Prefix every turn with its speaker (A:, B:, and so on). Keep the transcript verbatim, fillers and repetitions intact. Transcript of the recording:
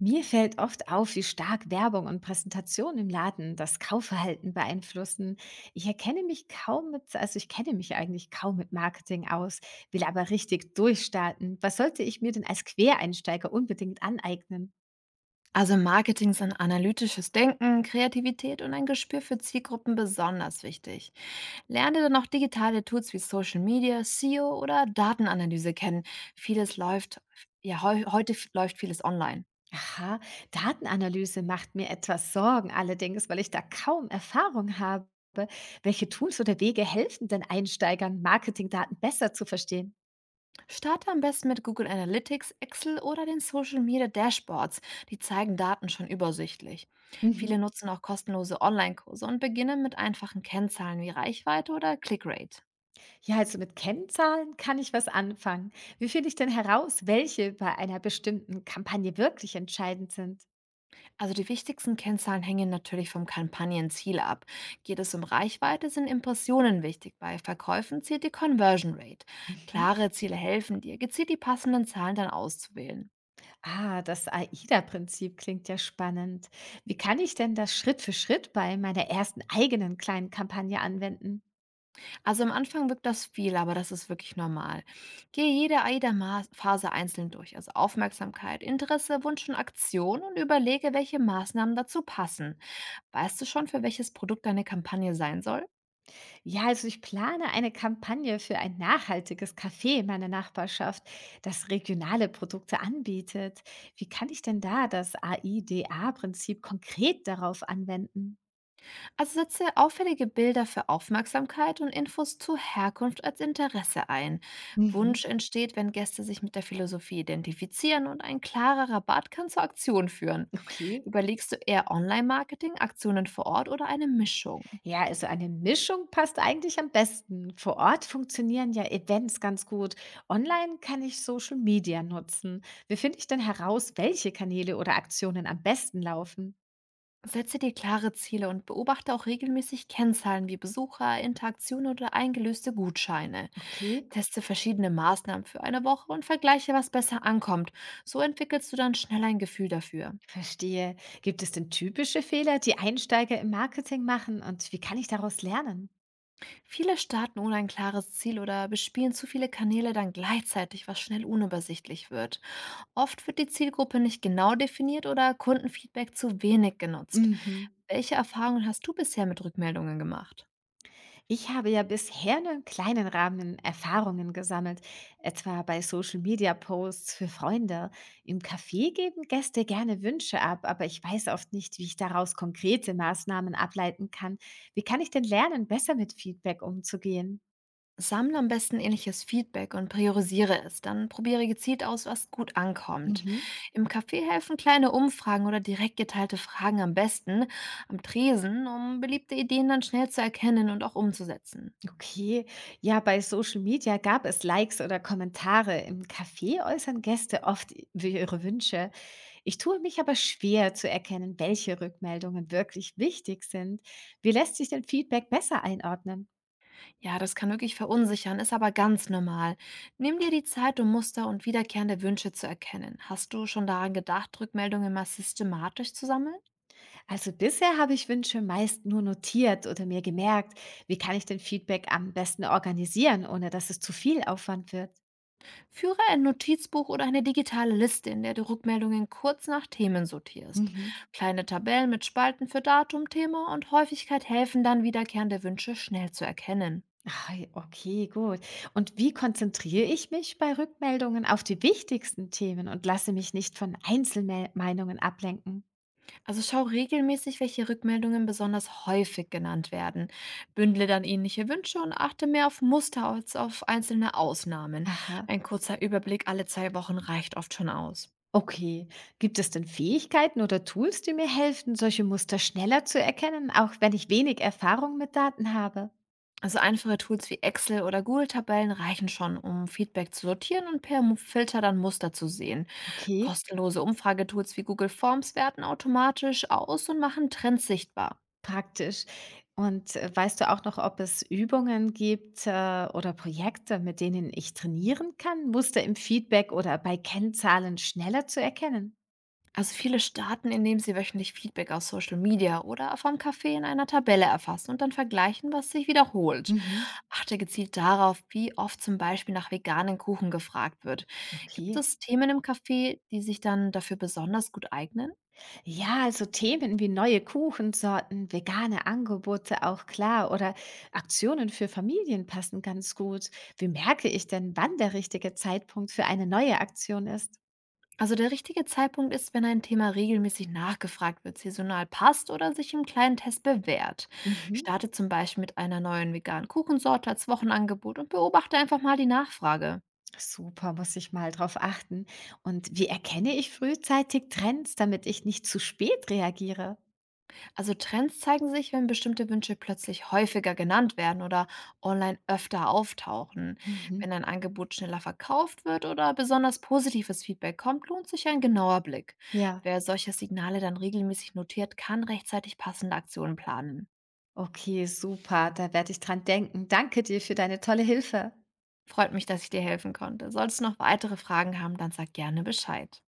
A: Mir fällt oft auf, wie stark Werbung und Präsentation im Laden das Kaufverhalten beeinflussen. Ich erkenne mich kaum mit, also ich kenne mich eigentlich kaum mit Marketing aus, will aber richtig durchstarten. Was sollte ich mir denn als Quereinsteiger unbedingt aneignen?
B: Also im Marketing sind analytisches Denken, Kreativität und ein Gespür für Zielgruppen besonders wichtig. Lerne dann auch digitale Tools wie Social Media, S E O oder Datenanalyse kennen. Vieles läuft, ja, heu heute f- läuft vieles online.
A: Aha, Datenanalyse macht mir etwas Sorgen allerdings, weil ich da kaum Erfahrung habe. Welche Tools oder Wege helfen denn Einsteigern, Marketingdaten besser zu verstehen?
B: Starte am besten mit Google Analytics, Excel oder den Social Media Dashboards. Die zeigen Daten schon übersichtlich.
A: Mhm.
B: Viele nutzen auch kostenlose Online-Kurse und beginnen mit einfachen Kennzahlen wie Reichweite oder Clickrate.
A: Ja, also mit Kennzahlen kann ich was anfangen. Wie finde ich denn heraus, welche bei einer bestimmten Kampagne wirklich entscheidend sind?
B: Also die wichtigsten Kennzahlen hängen natürlich vom Kampagnenziel ab. Geht es um Reichweite, sind Impressionen wichtig. Bei Verkäufen zählt die Conversion Rate.
A: Mhm.
B: Klare Ziele helfen dir, gezielt die passenden Zahlen dann auszuwählen.
A: Ah, das AIDA-Prinzip klingt ja spannend. Wie kann ich denn das Schritt für Schritt bei meiner ersten eigenen kleinen Kampagne anwenden?
B: Also am Anfang wirkt das viel, aber das ist wirklich normal. Gehe jede AIDA-Phase einzeln durch, also Aufmerksamkeit, Interesse, Wunsch und Aktion und überlege, welche Maßnahmen dazu passen. Weißt du schon, für welches Produkt deine Kampagne sein soll?
A: Ja, also ich plane eine Kampagne für ein nachhaltiges Café in meiner Nachbarschaft, das regionale Produkte anbietet. Wie kann ich denn da das AIDA-Prinzip konkret darauf anwenden?
B: Also setze auffällige Bilder für Aufmerksamkeit und Infos zu Herkunft als Interesse ein.
A: Mhm.
B: Wunsch entsteht, wenn Gäste sich mit der Philosophie identifizieren und ein klarer Rabatt kann zur Aktion führen.
A: Okay.
B: Überlegst du eher Online-Marketing, Aktionen vor Ort oder eine Mischung?
A: Ja, also eine Mischung passt eigentlich am besten. Vor Ort funktionieren ja Events ganz gut. Online kann ich Social Media nutzen. Wie finde ich denn heraus, welche Kanäle oder Aktionen am besten laufen?
B: Setze dir klare Ziele und beobachte auch regelmäßig Kennzahlen wie Besucher, Interaktion oder eingelöste Gutscheine.
A: Okay.
B: Teste verschiedene Maßnahmen für eine Woche und vergleiche, was besser ankommt. So entwickelst du dann schnell ein Gefühl dafür.
A: Verstehe. Gibt es denn typische Fehler, die Einsteiger im Marketing machen, und wie kann ich daraus lernen?
B: Viele starten ohne ein klares Ziel oder bespielen zu viele Kanäle dann gleichzeitig, was schnell unübersichtlich wird. Oft wird die Zielgruppe nicht genau definiert oder Kundenfeedback zu wenig genutzt.
A: Mhm.
B: Welche Erfahrungen hast du bisher mit Rückmeldungen gemacht?
A: Ich habe ja bisher nur im kleinen Rahmen Erfahrungen gesammelt, etwa bei Social-Media-Posts für Freunde. Im Café geben Gäste gerne Wünsche ab, aber ich weiß oft nicht, wie ich daraus konkrete Maßnahmen ableiten kann. Wie kann ich denn lernen, besser mit Feedback umzugehen?
B: Sammle am besten ähnliches Feedback und priorisiere es. Dann probiere gezielt aus, was gut ankommt.
A: Mhm.
B: Im Café helfen kleine Umfragen oder direkt geteilte Fragen am besten am Tresen, um beliebte Ideen dann schnell zu erkennen und auch umzusetzen.
A: Okay, ja, bei Social Media gab es Likes oder Kommentare. Im Café äußern Gäste oft i- ihre Wünsche. Ich tue mich aber schwer zu erkennen, welche Rückmeldungen wirklich wichtig sind. Wie lässt sich denn Feedback besser einordnen?
B: Ja, das kann wirklich verunsichern, ist aber ganz normal. Nimm dir die Zeit, um Muster und wiederkehrende Wünsche zu erkennen. Hast du schon daran gedacht, Rückmeldungen mal systematisch zu sammeln?
A: Also bisher habe ich Wünsche meist nur notiert oder mir gemerkt, wie kann ich denn Feedback am besten organisieren, ohne dass es zu viel Aufwand wird.
B: Führe ein Notizbuch oder eine digitale Liste, in der du Rückmeldungen kurz nach Themen sortierst.
A: Mhm.
B: Kleine Tabellen mit Spalten für Datum, Thema und Häufigkeit helfen dann, wiederkehrende Wünsche schnell zu erkennen.
A: Ah, okay, gut. Und wie konzentriere ich mich bei Rückmeldungen auf die wichtigsten Themen und lasse mich nicht von Einzelmeinungen ablenken?
B: Also schau regelmäßig, welche Rückmeldungen besonders häufig genannt werden. Bündle dann ähnliche Wünsche und achte mehr auf Muster als auf einzelne Ausnahmen.
A: Aha.
B: Ein kurzer Überblick alle zwei Wochen reicht oft schon aus.
A: Okay, gibt es denn Fähigkeiten oder Tools, die mir helfen, solche Muster schneller zu erkennen, auch wenn ich wenig Erfahrung mit Daten habe?
B: Also einfache Tools wie Excel oder Google-Tabellen reichen schon, um Feedback zu sortieren und per Mu- Filter dann Muster zu sehen.
A: Okay,
B: Kostenlose Umfragetools wie Google Forms werten automatisch aus und machen Trends sichtbar.
A: praktisch. Und äh, weißt du auch noch, ob es Übungen gibt, äh, oder Projekte, mit denen ich trainieren kann, Muster im Feedback oder bei Kennzahlen schneller zu erkennen?
B: Also viele starten, indem sie wöchentlich Feedback aus Social Media oder vom Café in einer Tabelle erfassen und dann vergleichen, was sich wiederholt.
A: Mhm.
B: Achte gezielt darauf, wie oft zum Beispiel nach veganen Kuchen gefragt wird. Gibt
A: Okay.
B: es Themen im Café, die sich dann dafür besonders gut eignen?
A: Ja, also Themen wie neue Kuchensorten, vegane Angebote auch klar, oder Aktionen für Familien passen ganz gut. Wie merke ich denn, wann der richtige Zeitpunkt für eine neue Aktion ist?
B: Also der richtige Zeitpunkt ist, wenn ein Thema regelmäßig nachgefragt wird, saisonal passt oder sich im kleinen Test bewährt.
A: Mhm.
B: Starte zum Beispiel mit einer neuen veganen Kuchensorte als Wochenangebot und beobachte einfach mal die Nachfrage.
A: Super, muss ich mal drauf achten. Und wie erkenne ich frühzeitig Trends, damit ich nicht zu spät reagiere?
B: Also Trends zeigen sich, wenn bestimmte Wünsche plötzlich häufiger genannt werden oder online öfter auftauchen.
A: Mhm.
B: Wenn ein Angebot schneller verkauft wird oder besonders positives Feedback kommt, lohnt sich ein genauer Blick.
A: Ja.
B: Wer solche Signale dann regelmäßig notiert, kann rechtzeitig passende Aktionen planen.
A: Okay, super, da werde ich dran denken. Danke dir für deine tolle Hilfe.
B: Freut mich, dass ich dir helfen konnte. Solltest du noch weitere Fragen haben, dann sag gerne Bescheid.